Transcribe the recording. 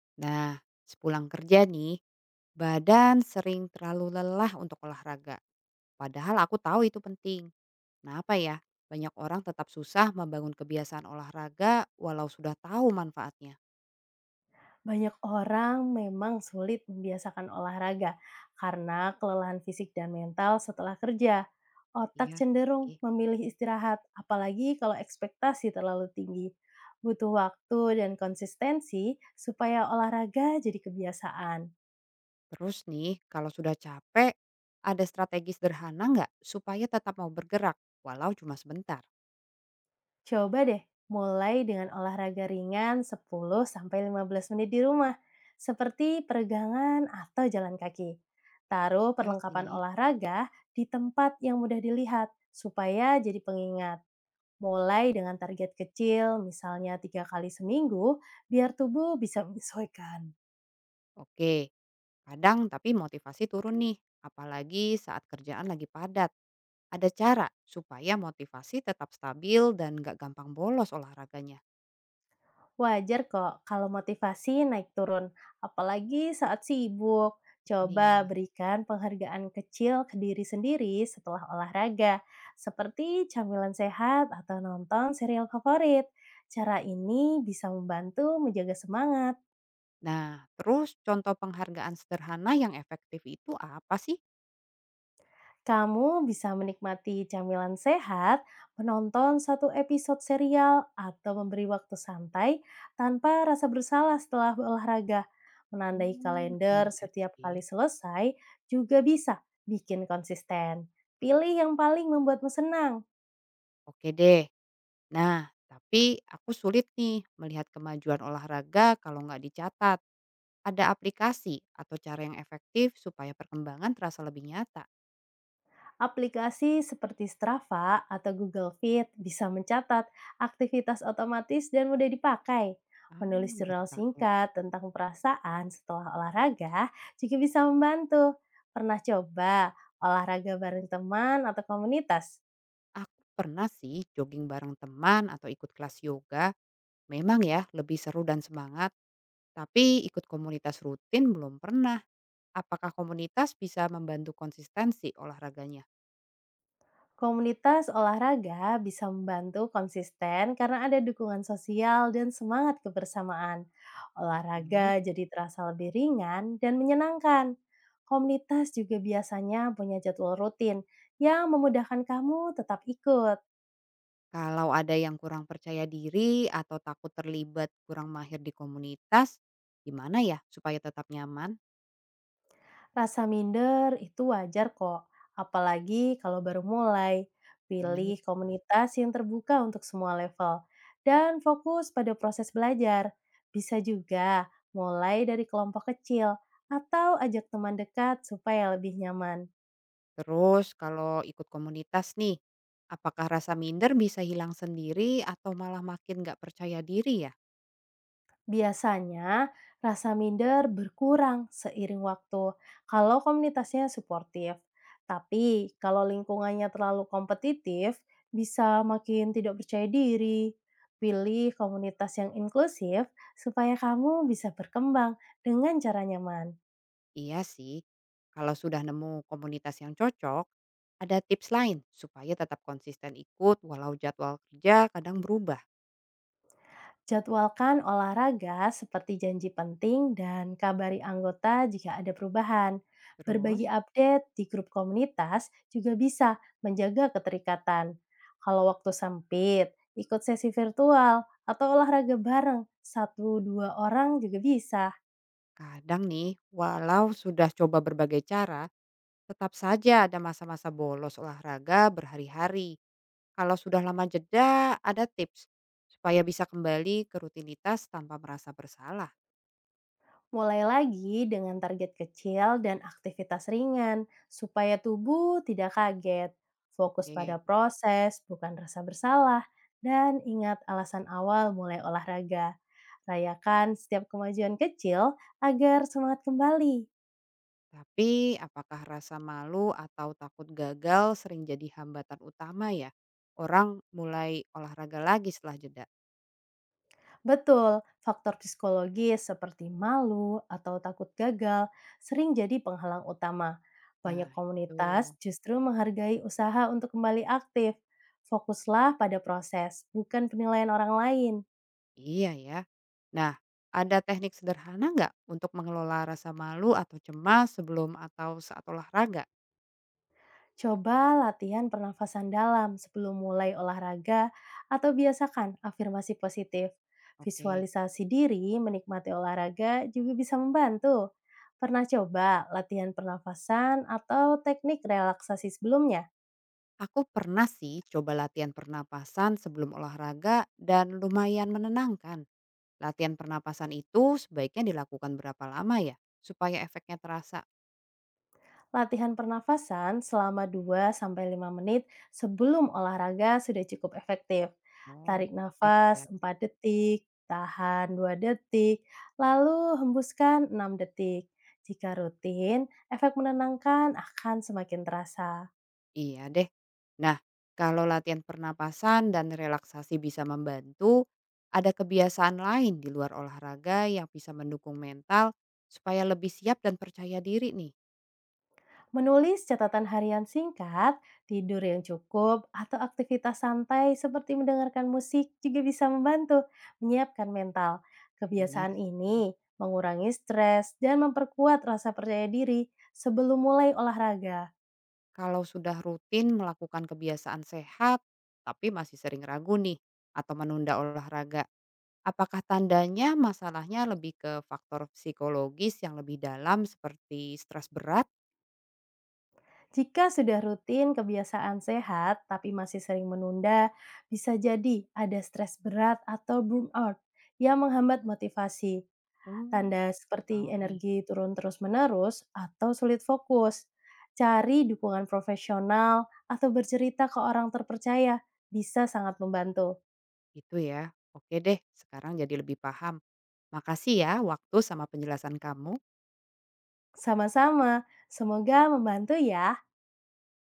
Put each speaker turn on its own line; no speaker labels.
Nah, sepulang kerja nih, badan sering terlalu lelah untuk olahraga. Padahal aku tahu itu penting. Kenapa ya? Banyak orang tetap susah membangun kebiasaan olahraga walau sudah tahu manfaatnya.
Banyak orang memang sulit membiasakan olahraga karena kelelahan fisik dan mental setelah kerja. Otak
Iya
cenderung
sih.
memilih istirahat, apalagi kalau ekspektasi terlalu tinggi. Butuh waktu dan konsistensi supaya olahraga jadi kebiasaan.
Terus nih, kalau sudah capek, ada strategi sederhana nggak supaya tetap mau bergerak walau cuma sebentar?
Coba deh mulai dengan olahraga ringan 10-15 menit di rumah, seperti peregangan atau jalan kaki. Taruh
Ya
perlengkapan
sih.
olahraga di tempat yang mudah dilihat supaya jadi pengingat. Mulai dengan target kecil, misalnya tiga kali seminggu, biar tubuh bisa menyesuaikan.
Oke, kadang tapi motivasi turun nih, apalagi saat kerjaan lagi padat. Ada cara supaya motivasi tetap stabil dan nggak gampang bolos olahraganya.
Wajar kok kalau motivasi naik turun, apalagi saat sibuk. Coba
Iya.
berikan penghargaan kecil ke diri sendiri setelah olahraga, seperti camilan sehat atau nonton serial favorit. Cara ini bisa membantu menjaga semangat.
Nah, terus contoh penghargaan sederhana yang efektif itu apa sih?
Kamu bisa menikmati camilan sehat, menonton satu episode serial, atau memberi waktu santai tanpa rasa bersalah setelah olahraga. Menandai
Oh,
kalender
iya
setiap kali
sih.
selesai juga bisa bikin konsisten. Pilih yang paling membuatmu senang.
Oke deh. Nah, tapi aku sulit nih melihat kemajuan olahraga kalau nggak dicatat. Ada aplikasi atau cara yang efektif supaya perkembangan terasa lebih nyata.
Aplikasi seperti Strava atau Google Fit bisa mencatat aktivitas otomatis dan mudah dipakai.
Ah,
Menulis
baru
jurnal
tahu.
singkat tentang perasaan setelah olahraga juga bisa membantu. Pernah coba olahraga bareng teman atau komunitas?
Aku pernah sih jogging bareng teman atau ikut kelas yoga. Memang ya lebih seru dan semangat. Tapi ikut komunitas rutin belum pernah. Apakah komunitas bisa membantu konsistensi olahraganya?
Komunitas olahraga bisa membantu konsisten karena ada dukungan sosial dan semangat kebersamaan.
Oke.
Olahraga jadi terasa lebih ringan dan menyenangkan. Komunitas juga biasanya punya jadwal rutin yang memudahkan kamu tetap ikut.
Kalau ada yang kurang percaya diri atau takut terlibat kurang mahir di komunitas, gimana ya supaya tetap nyaman?
Rasa minder itu wajar kok, apalagi kalau baru mulai.
Ya nih.
Pilih komunitas yang terbuka untuk semua level dan fokus pada proses belajar. Bisa juga mulai dari kelompok kecil atau ajak teman dekat supaya lebih nyaman.
Terus kalau ikut komunitas nih, apakah rasa minder bisa hilang sendiri atau malah makin nggak percaya diri ya?
Biasanya, rasa minder berkurang seiring waktu kalau komunitasnya suportif. Tapi, kalau lingkungannya terlalu kompetitif, bisa makin tidak percaya diri. Pilih komunitas yang inklusif supaya kamu bisa berkembang dengan cara nyaman.
Iya sih, kalau sudah nemu komunitas yang cocok, ada tips lain supaya tetap konsisten ikut walau jadwal kerja kadang berubah.
Jadwalkan olahraga seperti janji penting dan kabari anggota jika ada perubahan. Berbagi
Terus,
update di grup komunitas juga bisa menjaga keterikatan. Kalau waktu sempit, ikut sesi virtual atau olahraga bareng, satu dua orang juga bisa.
kadang nih, walau sudah coba berbagai cara, tetap saja ada masa-masa bolos olahraga berhari-hari. Kalau sudah lama jeda, ada tips supaya bisa kembali ke rutinitas tanpa merasa bersalah.
Mulai lagi dengan target kecil dan aktivitas ringan, supaya tubuh tidak kaget. Fokus pada
Oke.
proses, bukan rasa bersalah, dan ingat alasan awal mulai olahraga. Rayakan setiap kemajuan kecil agar semangat kembali.
Tapi apakah rasa malu atau takut gagal sering jadi hambatan utama ya? Orang mulai olahraga lagi setelah jeda.
Betul, faktor psikologis seperti malu atau takut gagal sering jadi penghalang utama.
Nah
Banyak
itu,
komunitas justru menghargai usaha untuk kembali aktif. Fokuslah pada proses, bukan penilaian orang lain.
iya ya. Nah, ada teknik sederhana nggak untuk mengelola rasa malu atau cemas sebelum atau saat olahraga?
Coba latihan pernafasan dalam sebelum mulai olahraga atau biasakan afirmasi positif.
Oke,
Visualisasi diri menikmati olahraga juga bisa membantu. Pernah coba latihan pernafasan atau teknik relaksasi sebelumnya?
aku pernah sih coba latihan pernapasan sebelum olahraga dan lumayan menenangkan. Latihan pernapasan itu sebaiknya dilakukan berapa lama ya? Supaya efeknya terasa.
Latihan pernafasan selama dua sampai lima menit sebelum olahraga sudah cukup efektif.
Oh,
Tarik
nek ya.
nafas 4 detik, tahan 2 detik, lalu hembuskan 6 detik. Jika rutin, efek menenangkan akan semakin terasa.
Iya deh. Nah, kalau latihan pernapasan dan relaksasi bisa membantu, ada kebiasaan lain di luar olahraga yang bisa mendukung mental supaya lebih siap dan percaya diri nih.
Menulis catatan harian singkat, tidur yang cukup, atau aktivitas santai seperti mendengarkan musik juga bisa membantu menyiapkan mental.
Benar
Kebiasaan
sih.
ini mengurangi stres dan memperkuat rasa percaya diri sebelum mulai olahraga.
Kalau sudah rutin melakukan kebiasaan sehat, tapi masih sering ragu nih atau menunda olahraga, apakah tandanya masalahnya lebih ke faktor psikologis yang lebih dalam seperti stres berat?
Jika sudah rutin kebiasaan sehat tapi masih sering menunda, bisa jadi ada stres berat atau burnout yang menghambat motivasi.
Hmm,
Tanda
tahu
seperti
nih.
energi turun terus-menerus atau sulit fokus. Cari dukungan profesional atau bercerita ke orang terpercaya bisa sangat membantu.
Gitu ya. Oke deh, sekarang jadi lebih paham. Makasih ya waktu sama penjelasan kamu.
Sama-sama, semoga membantu ya.